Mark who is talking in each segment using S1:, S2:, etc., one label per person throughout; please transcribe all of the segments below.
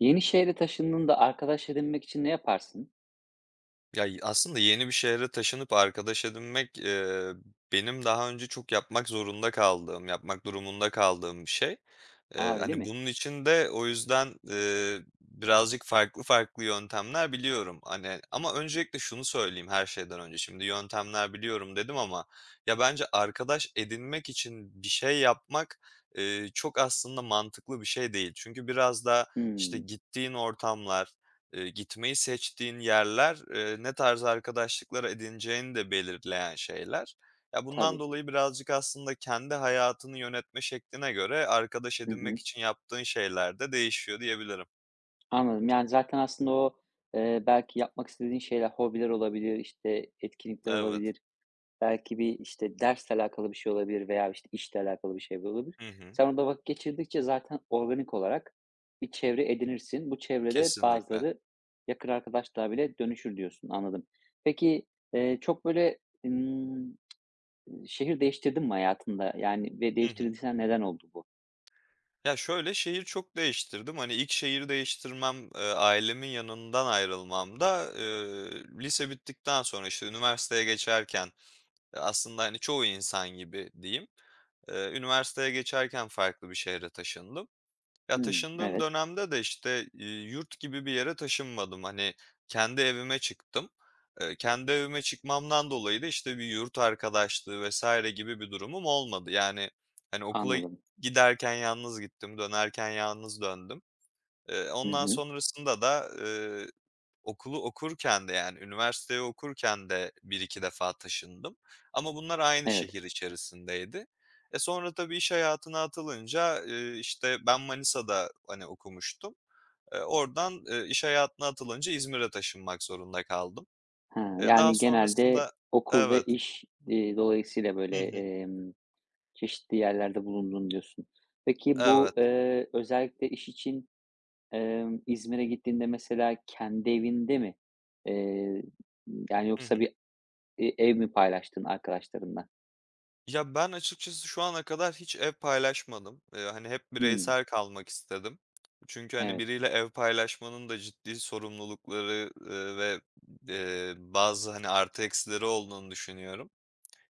S1: Yeni şehre taşındığında arkadaş edinmek için ne yaparsın?
S2: Ya, aslında yeni bir şehre taşınıp arkadaş edinmek, benim daha önce çok yapmak zorunda kaldığım, yapmak durumunda kaldığım bir şey. Eee,
S1: A, öyle
S2: hani,
S1: mi?
S2: bunun için de o yüzden, birazcık farklı farklı yöntemler biliyorum. Hani, ama öncelikle şunu söyleyeyim, her şeyden önce şimdi yöntemler biliyorum dedim ama ya, bence arkadaş edinmek için bir şey yapmak çok aslında mantıklı bir şey değil. Çünkü biraz da, işte,
S1: Hımm.
S2: gittiğin ortamlar, gitmeyi seçtiğin yerler, ne tarz arkadaşlıklar edineceğini de belirleyen şeyler. Ya, bundan
S1: Tabii.
S2: dolayı birazcık aslında kendi hayatını yönetme şekline göre arkadaş
S1: Hı
S2: edinmek
S1: hı.
S2: için yaptığın şeyler de değişiyor diyebilirim.
S1: Anladım. Yani, zaten aslında o, belki yapmak istediğin şeyler, hobiler olabilir, işte, etkinlikler
S2: Evet.
S1: olabilir. Belki bir, işte, dersle alakalı bir şey olabilir veya, işte, işle alakalı bir şey olabilir.
S2: Hı hı.
S1: Sen orada vakit geçirdikçe zaten organik olarak bir çevre edinirsin. Bu çevrede
S2: Kesinlikle.
S1: bazıları yakın arkadaşlığa bile dönüşür diyorsun. Anladım. Peki, çok böyle, ımm, şehir değiştirdin mi hayatında? Yani ve
S2: Hı hı.
S1: değiştirdiysen neden oldu bu?
S2: Ya, şöyle, şehir çok değiştirdim. Hani, ilk şehir değiştirmem, ailemin yanından ayrılmamda, lise bittikten sonra, işte, üniversiteye geçerken, aslında, hani, çoğu insan gibi diyeyim, üniversiteye geçerken farklı bir şehre taşındım. Ya,
S1: Hımm,
S2: taşındığım
S1: evet,
S2: dönemde de, işte, yurt gibi bir yere taşınmadım. Hani, kendi evime çıktım. Kendi evime çıkmamdan dolayı da, işte, bir yurt arkadaşlığı vesaire gibi bir durumum olmadı. Yani, hani, okula
S1: anladım.
S2: giderken yalnız gittim, dönerken yalnız döndüm. Eee,
S1: Hı
S2: ondan
S1: hı.
S2: sonrasında da okulu okurken de, yani, üniversiteyi okurken de bir iki defa taşındım ama bunlar aynı
S1: Evet.
S2: şehir içerisindeydi. Sonra tabii iş hayatına atılınca, işte, ben Manisa'da, hani, okumuştum. Oradan, iş hayatına atılınca İzmir'e taşınmak zorunda kaldım.
S1: Ha,
S2: Daha
S1: yani genelde
S2: sonrasında...
S1: okul ve
S2: Evet.
S1: iş, dolayısıyla
S2: Hı
S1: böyle,
S2: hı.
S1: çeşitli yerlerde bulundun diyorsun. Peki bu,
S2: Evet.
S1: özellikle iş için, İzmir'e gittiğinde mesela kendi evinde mi? Eee, Yani
S2: Hı
S1: yoksa
S2: hı.
S1: bir, ev mi paylaştın arkadaşlarınla?
S2: Ya, ben açıkçası şu ana kadar hiç ev paylaşmadım. Hani, hep
S1: Hımm,
S2: bireysel kalmak istedim. Çünkü, hani,
S1: evet,
S2: biriyle ev paylaşmanın da ciddi sorumlulukları, ve, bazı, hani, artı eksileri olduğunu düşünüyorum.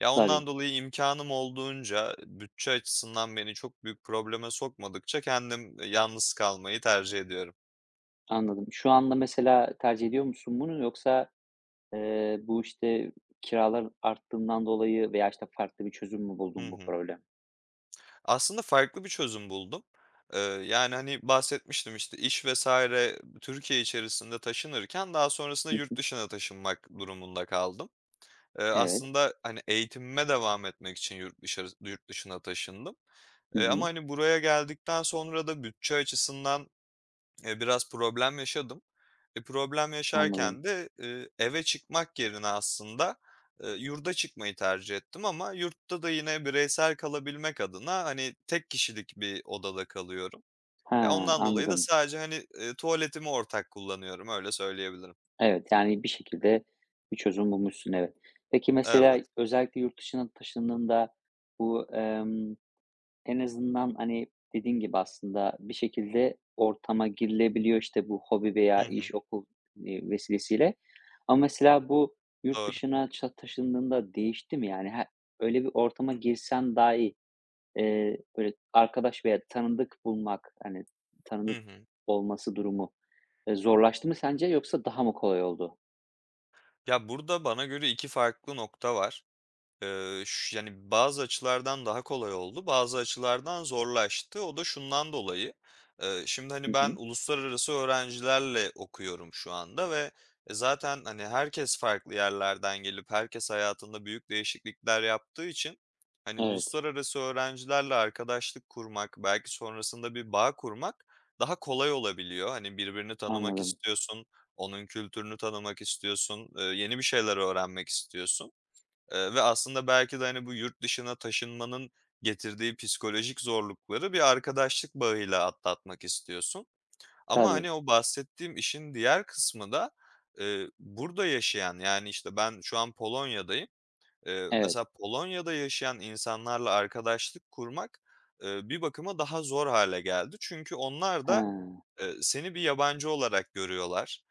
S2: Ya, ondan
S1: tabii,
S2: dolayı imkanım olduğunca bütçe açısından beni çok büyük probleme sokmadıkça kendim yalnız kalmayı tercih ediyorum.
S1: anladım. Şu anda mesela tercih ediyor musun bunu yoksa bu, işte, kiralar arttığından dolayı veya, işte, farklı bir çözüm mü
S2: Hı
S1: buldun bu
S2: hı.
S1: problem?
S2: Aslında farklı bir çözüm buldum. Yani, hani, bahsetmiştim, işte, iş vesaire Türkiye içerisinde taşınırken daha sonrasında
S1: Hı
S2: yurt
S1: hı.
S2: dışına taşınmak durumunda kaldım. Eee,
S1: Evet.
S2: aslında, hani, eğitimime devam etmek için yurt dışına taşındım.
S1: Hı
S2: Ama,
S1: hı.
S2: hani, buraya geldikten sonra da bütçe açısından biraz problem yaşadım. Problem yaşarken
S1: Anladım.
S2: de, eve çıkmak yerine aslında yurda çıkmayı tercih ettim ama yurtta da yine bireysel kalabilmek adına, hani, tek kişilik bir odada kalıyorum. Ya,
S1: Ha,
S2: ondan dolayı da
S1: anladım.
S2: sadece, hani, tuvaletimi ortak kullanıyorum, öyle söyleyebilirim.
S1: Evet, yani, bir şekilde bir çözüm bulmuşsun, evet. Peki,
S2: Evet.
S1: mesela özellikle yurt dışına taşındığında bu, en azından, hani, dediğin gibi aslında bir şekilde ortama girilebiliyor, işte, bu hobi veya
S2: Hı hı.
S1: iş, okul, vesilesiyle. Ama mesela bu yurt
S2: Doğru.
S1: dışına taşındığında değişti mi? Yani he öyle bir ortama girsen dahi, böyle arkadaş veya tanıdık bulmak, hani,
S2: Hı
S1: tanıdık
S2: hı.
S1: olması durumu, zorlaştı mı sence yoksa daha mı kolay oldu?
S2: Ya, burada bana göre 2 farklı nokta var. Ş yani, bazı açılardan daha kolay oldu, bazı açılardan zorlaştı. O da şundan dolayı, şimdi, hani,
S1: Hı
S2: ben
S1: hı.
S2: uluslararası öğrencilerle okuyorum şu anda ve zaten, hani, herkes farklı yerlerden gelip herkes hayatında büyük değişiklikler yaptığı için, hani,
S1: Evet,
S2: uluslararası öğrencilerle arkadaşlık kurmak, belki sonrasında bir bağ kurmak daha kolay olabiliyor. Hani, birbirini tanımak
S1: anladım.
S2: istiyorsun, onun kültürünü tanımak istiyorsun, yeni bir şeyler öğrenmek istiyorsun. Ve aslında belki de, hani, bu yurt dışına taşınmanın getirdiği psikolojik zorlukları bir arkadaşlık bağıyla atlatmak istiyorsun. Ama,
S1: Tabii,
S2: hani, o bahsettiğim işin diğer kısmı da, burada yaşayan, yani, işte, ben şu an Polonya'dayım. Eee,
S1: evet.
S2: mesela Polonya'da yaşayan insanlarla arkadaşlık kurmak, bir bakıma daha zor hale geldi. Çünkü onlar
S1: He,
S2: da seni bir yabancı olarak görüyorlar.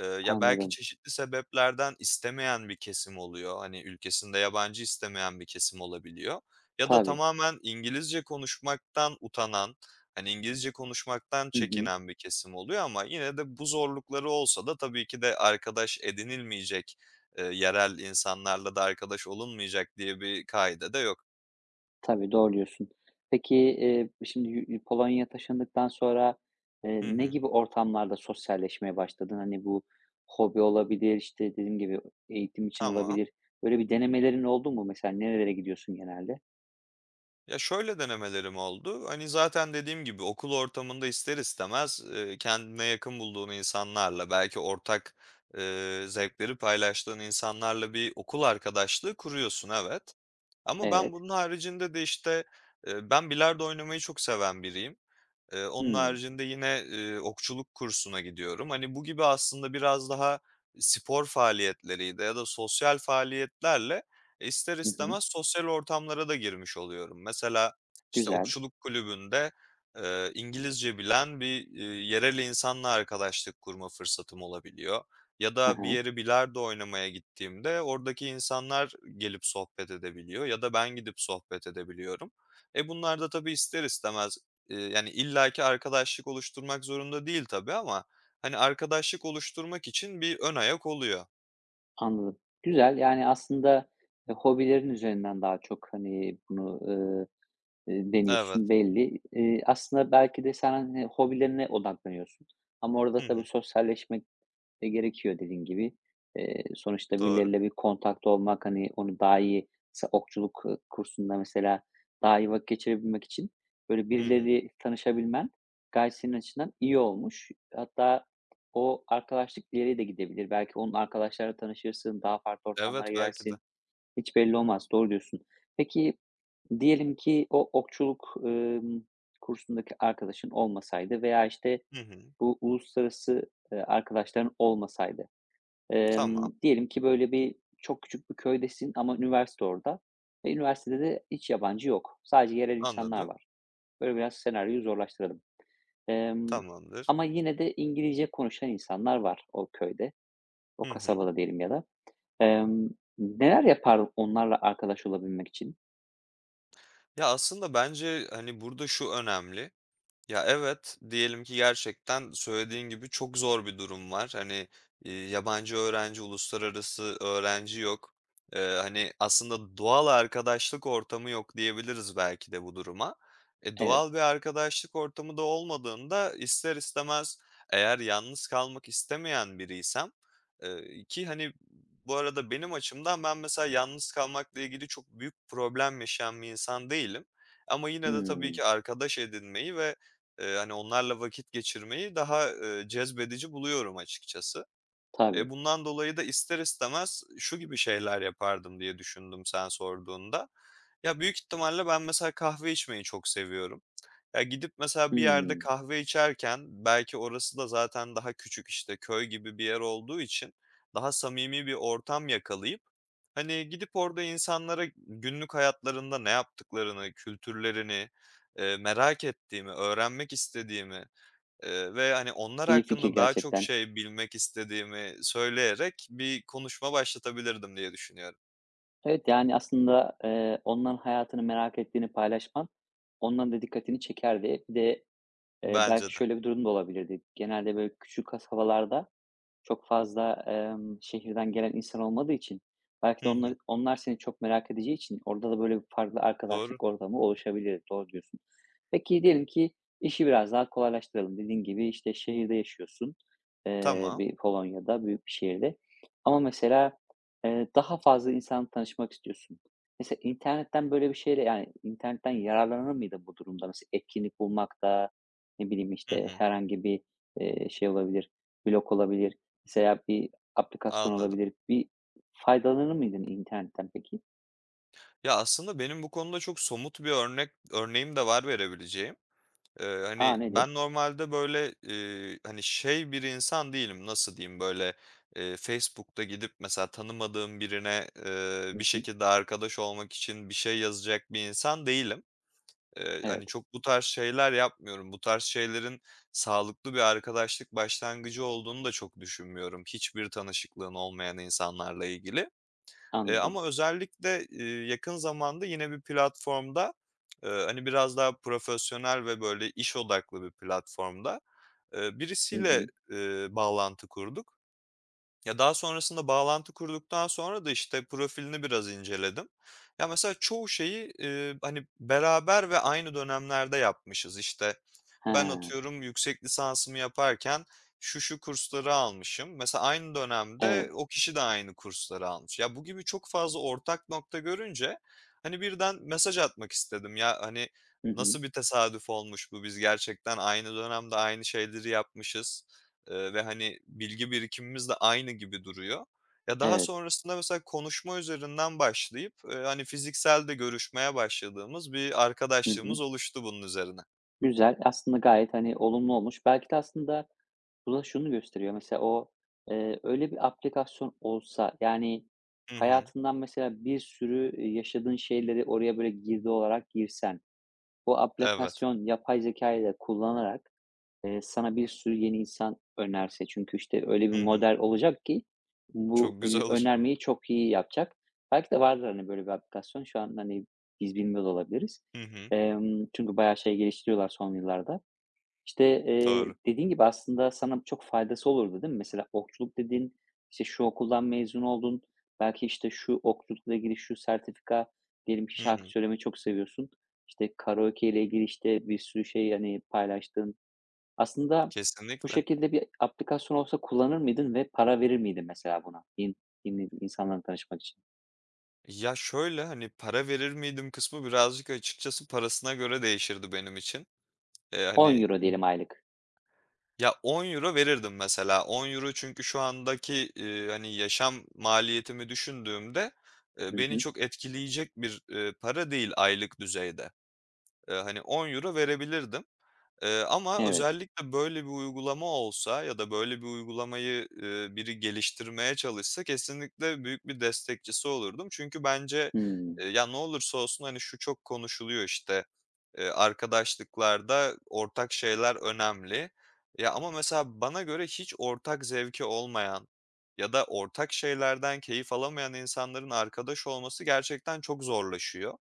S2: Ya, belki
S1: anladım.
S2: çeşitli sebeplerden istemeyen bir kesim oluyor. Hani, ülkesinde yabancı istemeyen bir kesim olabiliyor ya da
S1: Tabii.
S2: tamamen İngilizce konuşmaktan utanan, hani, İngilizce konuşmaktan
S1: Hı hı.
S2: çekinen bir kesim oluyor ama yine de bu zorlukları olsa da tabii ki de arkadaş edinilmeyecek, yerel insanlarla da arkadaş olunmayacak diye bir kaide de yok.
S1: Tabii, doğru diyorsun. Peki, şimdi Polonya'ya taşındıktan sonra,
S2: Hı
S1: ne
S2: hı.
S1: gibi ortamlarda sosyalleşmeye başladın? Hani, bu hobi olabilir, işte, dediğim gibi eğitim için
S2: Tamam.
S1: olabilir. Böyle bir denemelerin oldu mu? Mesela nerelere gidiyorsun genelde?
S2: Ya, şöyle denemelerim oldu. Hani, zaten dediğim gibi okul ortamında ister istemez, kendine yakın bulduğun insanlarla, belki ortak, zevkleri paylaştığın insanlarla bir okul arkadaşlığı kuruyorsun, evet. Ama ben
S1: Evet.
S2: bunun haricinde de, işte, ben bilardo oynamayı çok seven biriyim. Onun
S1: Hımm.
S2: haricinde yine, okçuluk kursuna gidiyorum. Hani, bu gibi aslında biraz daha spor faaliyetleriyle ya da sosyal faaliyetlerle ister
S1: Hı hı.
S2: istemez sosyal ortamlara da girmiş oluyorum. Mesela, işte,
S1: Güzel.
S2: okçuluk kulübünde, İngilizce bilen bir, yerel insanla arkadaşlık kurma fırsatım olabiliyor ya da bir
S1: Aha.
S2: yere bilardo oynamaya gittiğimde oradaki insanlar gelip sohbet edebiliyor ya da ben gidip sohbet edebiliyorum. Bunlar da tabii ister istemez yani illaki arkadaşlık oluşturmak zorunda değil tabii ama, hani, arkadaşlık oluşturmak için bir ön ayak oluyor.
S1: Anladım. Güzel, yani, aslında, hobilerin üzerinden daha çok, hani, bunu,
S2: Evet.
S1: deniyorsun belli. Aslında belki de sen, hani, hobilerine odaklanıyorsun ama orada
S2: Hı
S1: tabii
S2: hı.
S1: sosyalleşmek de gerekiyor dediğin gibi. Sonuçta
S2: Doğru.
S1: birileriyle bir kontakta olmak, hani, onu daha iyi mesela okçuluk, kursunda mesela daha iyi vakit geçirebilmek için böyle
S2: Hı hı.
S1: birileri tanışabilmen gayet senin açından iyi olmuş. Hatta o arkadaşlık ileriye de gidebilir. Belki onun arkadaşlarıyla tanışırsın, daha farklı
S2: Evet,
S1: ortamlara
S2: belki de.
S1: girersin. Hiç belli olmaz. Doğru diyorsun. Peki, diyelim ki o okçuluk, kursundaki arkadaşın olmasaydı veya, işte,
S2: Hı hı.
S1: bu uluslararası, arkadaşların olmasaydı.
S2: Tamam,
S1: Diyelim ki böyle bir çok küçük bir köydesin ama üniversite orada ve üniversitede de hiç yabancı yok. Sadece yerel insanlar
S2: anladım.
S1: var. Böyle biraz senaryoyu zorlaştıralım. Emm,
S2: Tamamdır.
S1: Ama yine de İngilizce konuşan insanlar var o köyde. O
S2: Hı hı.
S1: kasabada diyelim ya da. Emm, Neler yapardın onlarla arkadaş olabilmek için?
S2: Ya, aslında bence, hani, burada şu önemli. Ya, evet, diyelim ki gerçekten söylediğin gibi çok zor bir durum var. Hani, yabancı öğrenci, uluslararası öğrenci yok. Hani, aslında doğal arkadaşlık ortamı yok diyebiliriz belki de bu duruma. E,
S1: Evet.
S2: doğal bir arkadaşlık ortamı da olmadığında ister istemez eğer yalnız kalmak istemeyen biriysem, ki, hani, bu arada benim açımdan ben mesela yalnız kalmakla ilgili çok büyük problem yaşayan bir insan değilim. Ama yine de tabii
S1: Hımm.
S2: ki arkadaş edinmeyi ve hani, onlarla vakit geçirmeyi daha cezbedici buluyorum açıkçası. Eee,
S1: Tabii.
S2: bundan dolayı da ister istemez şu gibi şeyler yapardım diye düşündüm sen sorduğunda. Ya, büyük ihtimalle ben mesela kahve içmeyi çok seviyorum. Ya, gidip mesela bir yerde
S1: Hımm.
S2: kahve içerken belki orası da zaten daha küçük, işte, köy gibi bir yer olduğu için daha samimi bir ortam yakalayıp, hani, gidip orada insanlara günlük hayatlarında ne yaptıklarını, kültürlerini, merak ettiğimi, öğrenmek istediğimi, ve, hani, onlar
S1: İyi fikir
S2: hakkında daha çok
S1: gerçekten.
S2: şey bilmek istediğimi söyleyerek bir konuşma başlatabilirdim diye düşünüyorum.
S1: Evet, yani, aslında, onların hayatını merak ettiğini paylaşman onların da dikkatini çekerdi. Bir de, belki
S2: Bence de.
S1: şöyle bir durum da olabilirdi. Genelde böyle küçük kasabalarda çok fazla, şehirden gelen insan olmadığı için belki de
S2: Hı
S1: onlar
S2: hı.
S1: onlar seni çok merak edeceği için orada da böyle bir farklı
S2: Doğru.
S1: arkadaşlık ortamı oluşabilir. Doğru diyorsun. Peki diyelim ki işi biraz daha kolaylaştıralım. Dediğin gibi, işte, şehirde yaşıyorsun,
S2: Tamam.
S1: bir Polonya'da büyük bir şehirde ama mesela, daha fazla insanla tanışmak istiyorsun. Mesela internetten böyle bir şeyle, yani, internetten yararlanır mıydın bu durumda? Mesela etkinlik bulmakta, ne bileyim,
S2: Hı
S1: işte,
S2: hı.
S1: herhangi bir, şey olabilir, blog olabilir. Mesela bir aplikasyon
S2: Anladım.
S1: olabilir. Bir faydalanır mıydın internetten peki?
S2: Ya, aslında benim bu konuda çok somut bir örneğim de var verebileceğim. Eee,
S1: A!
S2: hani,
S1: Nedir?
S2: ben normalde, böyle, hani, şey bir insan değilim, nasıl diyeyim, böyle, Facebook'ta gidip mesela tanımadığım birine, bir
S1: Hı hı.
S2: şekilde arkadaş olmak için bir şey yazacak bir insan değilim. Eee,
S1: Evet,
S2: hani, çok bu tarz şeyler yapmıyorum. Bu tarz şeylerin sağlıklı bir arkadaşlık başlangıcı olduğunu da çok düşünmüyorum, hiçbir tanışıklığın olmayan insanlarla ilgili. Eee,
S1: anladım.
S2: ama özellikle, yakın zamanda yine bir platformda, hani, biraz daha profesyonel ve böyle iş odaklı bir platformda,
S1: Hı
S2: birisiyle,
S1: hı.
S2: bağlantı kurduk. Ya, daha sonrasında bağlantı kurduktan sonra da, işte, profilini biraz inceledim. Ya, mesela çoğu şeyi, hani, beraber ve aynı dönemlerde yapmışız. İşte, ben
S1: He,
S2: atıyorum yüksek lisansımı yaparken şu kursları almışım. Mesela aynı dönemde
S1: evet.
S2: o kişi de aynı kursları almış. Ya, bu gibi çok fazla ortak nokta görünce, hani, birden mesaj atmak istedim. Ya, hani,
S1: Hı hı.
S2: nasıl bir tesadüf olmuş bu, biz gerçekten aynı dönemde aynı şeyleri yapmışız. Ve, hani, bilgi birikimimiz de aynı gibi duruyor. Ya, daha
S1: Evet.
S2: sonrasında mesela konuşma üzerinden başlayıp, hani, fiziksel de görüşmeye başladığımız bir
S1: Hı hı.
S2: arkadaşlığımız oluştu bunun üzerine.
S1: Güzel. Aslında gayet, hani, olumlu olmuş. Belki de aslında bu da şunu gösteriyor. Mesela o, öyle bir aplikasyon olsa, yani,
S2: Hı hı.
S1: hayatından mesela bir sürü, yaşadığın şeyleri oraya böyle girdi olarak girsen, bu
S2: Evet.
S1: aplikasyon yapay zekâyı da kullanarak sana bir sürü yeni insan önerse çünkü, işte, öyle bir
S2: Hı hı.
S1: model olacak ki bu,
S2: Çok güzel olur.
S1: önermeyi çok iyi yapacak. Belki de vardır, hani, böyle bir aplikasyon. Şu an, hani, biz bilmiyor da olabiliriz.
S2: Hı hı.
S1: Çünkü bayağı şey geliştiriyorlar son yıllarda. İşte,
S2: Doğru.
S1: dediğin gibi aslında sana çok faydası olurdu, değil mi? Mesela okçuluk dedin, işte, şu okuldan mezun oldun. Belki, işte, şu okçulukla ilgili şu sertifika, diyelim ki
S2: Hı
S1: şarkı
S2: hı.
S1: söylemeyi çok seviyorsun. İşte, karaoke ile ilgili, işte, bir sürü şey, hani, paylaştın. Aslında bu
S2: Kesinlikle.
S1: şekilde bir aplikasyon olsa kullanır mıydın ve para verir miydin mesela buna? İn in insanlarla tanışmak için?
S2: Ya, şöyle, hani, para verir miydim kısmı birazcık açıkçası parasına göre değişirdi benim için. Eee,
S1: on
S2: hani
S1: euro diyelim aylık.
S2: Ya, 10 euro verirdim mesela. 10 euro çünkü şu andaki, hani, yaşam maliyetimi düşündüğümde,
S1: Hı
S2: beni
S1: hı.
S2: çok etkileyecek bir, para değil aylık düzeyde. Hani, 10 euro verebilirdim. Ama
S1: Evet.
S2: özellikle böyle bir uygulama olsa ya da böyle bir uygulamayı, biri geliştirmeye çalışsa kesinlikle büyük bir destekçisi olurdum. Çünkü bence,
S1: Hımm.
S2: ya, ne olursa olsun, hani, şu çok konuşuluyor, işte, arkadaşlıklarda ortak şeyler önemli. Ya, ama mesela bana göre hiç ortak zevki olmayan ya da ortak şeylerden keyif alamayan insanların arkadaş olması gerçekten çok zorlaşıyor.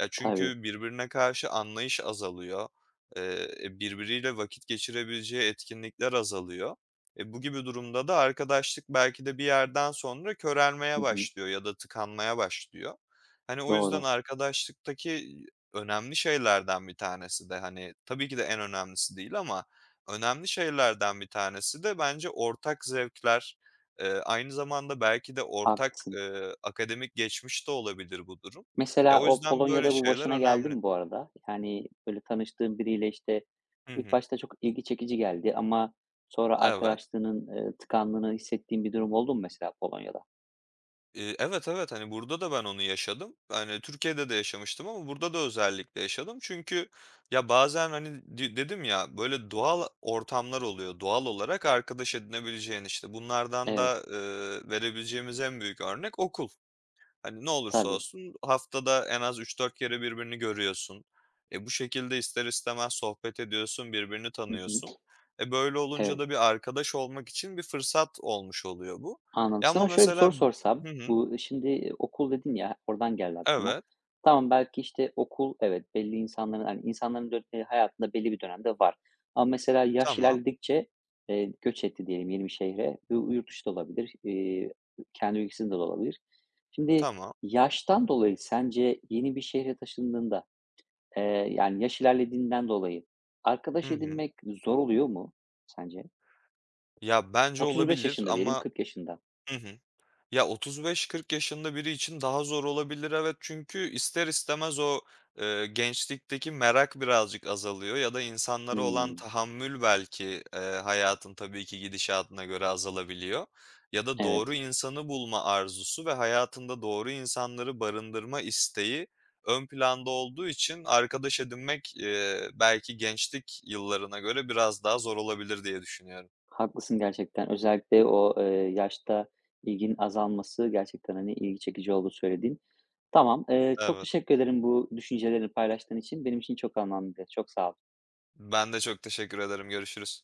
S2: Ya,
S1: Tabii.
S2: çünkü birbirine karşı anlayış azalıyor. Birbiriyle vakit geçirebileceği etkinlikler azalıyor. Bu gibi durumda da arkadaşlık belki de bir yerden sonra körelmeye
S1: Hı hı.
S2: başlıyor ya da tıkanmaya başlıyor. Hani, o yüzden
S1: Doğru.
S2: arkadaşlıktaki önemli şeylerden bir tanesi de, hani, tabii ki de en önemlisi değil ama önemli şeylerden bir tanesi de bence ortak zevkler. Aynı zamanda belki de ortak,
S1: Haklısın.
S2: akademik geçmiş de olabilir bu durum. Ya,
S1: Mesela
S2: o
S1: o
S2: yüzden böyle
S1: Polonya'da bu
S2: şeyler
S1: başına geldi
S2: önemli.
S1: mi bu arada? Yani, böyle, tanıştığın biriyle, işte,
S2: Hı
S1: ilk
S2: hı.
S1: başta çok ilgi çekici geldi ama sonra
S2: Evet.
S1: arkadaşlığının, tıkandığını hissettiğin bir durum oldu mu mesela Polonya'da?
S2: Evet, evet, hani, burada da ben onu yaşadım. Hani, Türkiye'de de yaşamıştım ama burada da özellikle yaşadım. Çünkü ya, bazen, hani, dedim ya, böyle doğal ortamlar oluyor. Doğal olarak arkadaş edinebileceğin, işte, bunlardan
S1: Evet.
S2: da verebileceğimiz en büyük örnek okul. Hani, ne olursa
S1: Tabii.
S2: olsun haftada en az üç dört kere birbirini görüyorsun. Bu şekilde ister istemez sohbet ediyorsun, birbirini
S1: Hı hı.
S2: tanıyorsun. Böyle olunca
S1: Evet.
S2: da bir arkadaş olmak için bir fırsat olmuş oluyor bu.
S1: Anladım.
S2: Ya, ama
S1: Sana şöyle bir
S2: mesela...
S1: soru sorsam,
S2: Hı hı.
S1: bu şimdi, okul dedin ya, oradan geldi aklıma.
S2: Evet.
S1: Tamam, belki, işte, okul evet, belli insanların, hani, insanların dö hayatında belli bir dönemde var. Ama mesela yaş
S2: Tamam,
S1: ilerledikçe, göç etti diyelim yeni bir şehre. Bu yurt dışı da olabilir, kendi ülkesinde de olabilir. Şimdi
S2: tamam.
S1: yaştan dolayı sence yeni bir şehre taşındığında, eee, yani, yaş ilerlediğinden dolayı arkadaş
S2: Hı hı.
S1: edinmek zor oluyor mu sence?
S2: Ya, bence
S1: 35
S2: olabilir
S1: yaşında diyelim,
S2: ama...
S1: 40 yaşında.
S2: Hı hı. Ya, 35-40 yaşında biri için daha zor olabilir, evet. Çünkü ister istemez o, gençlikteki merak birazcık azalıyor ya da insanlara olan
S1: Hımm.
S2: tahammül belki, hayatın tabii ki gidişatına göre azalabiliyor ya da doğru
S1: Evet.
S2: insanı bulma arzusu ve hayatında doğru insanları barındırma isteği ön planda olduğu için arkadaş edinmek, belki gençlik yıllarına göre biraz daha zor olabilir diye düşünüyorum.
S1: Haklısın gerçekten. Özellikle o, yaşta ilginin azalması gerçekten, hani, ilgi çekici oldu söylediğin. Tamam, çok
S2: Evet.
S1: teşekkür ederim bu düşüncelerini paylaştığın için. Benim için çok anlamlıydı. Çok sağ ol.
S2: Ben de çok teşekkür ederim. Görüşürüz.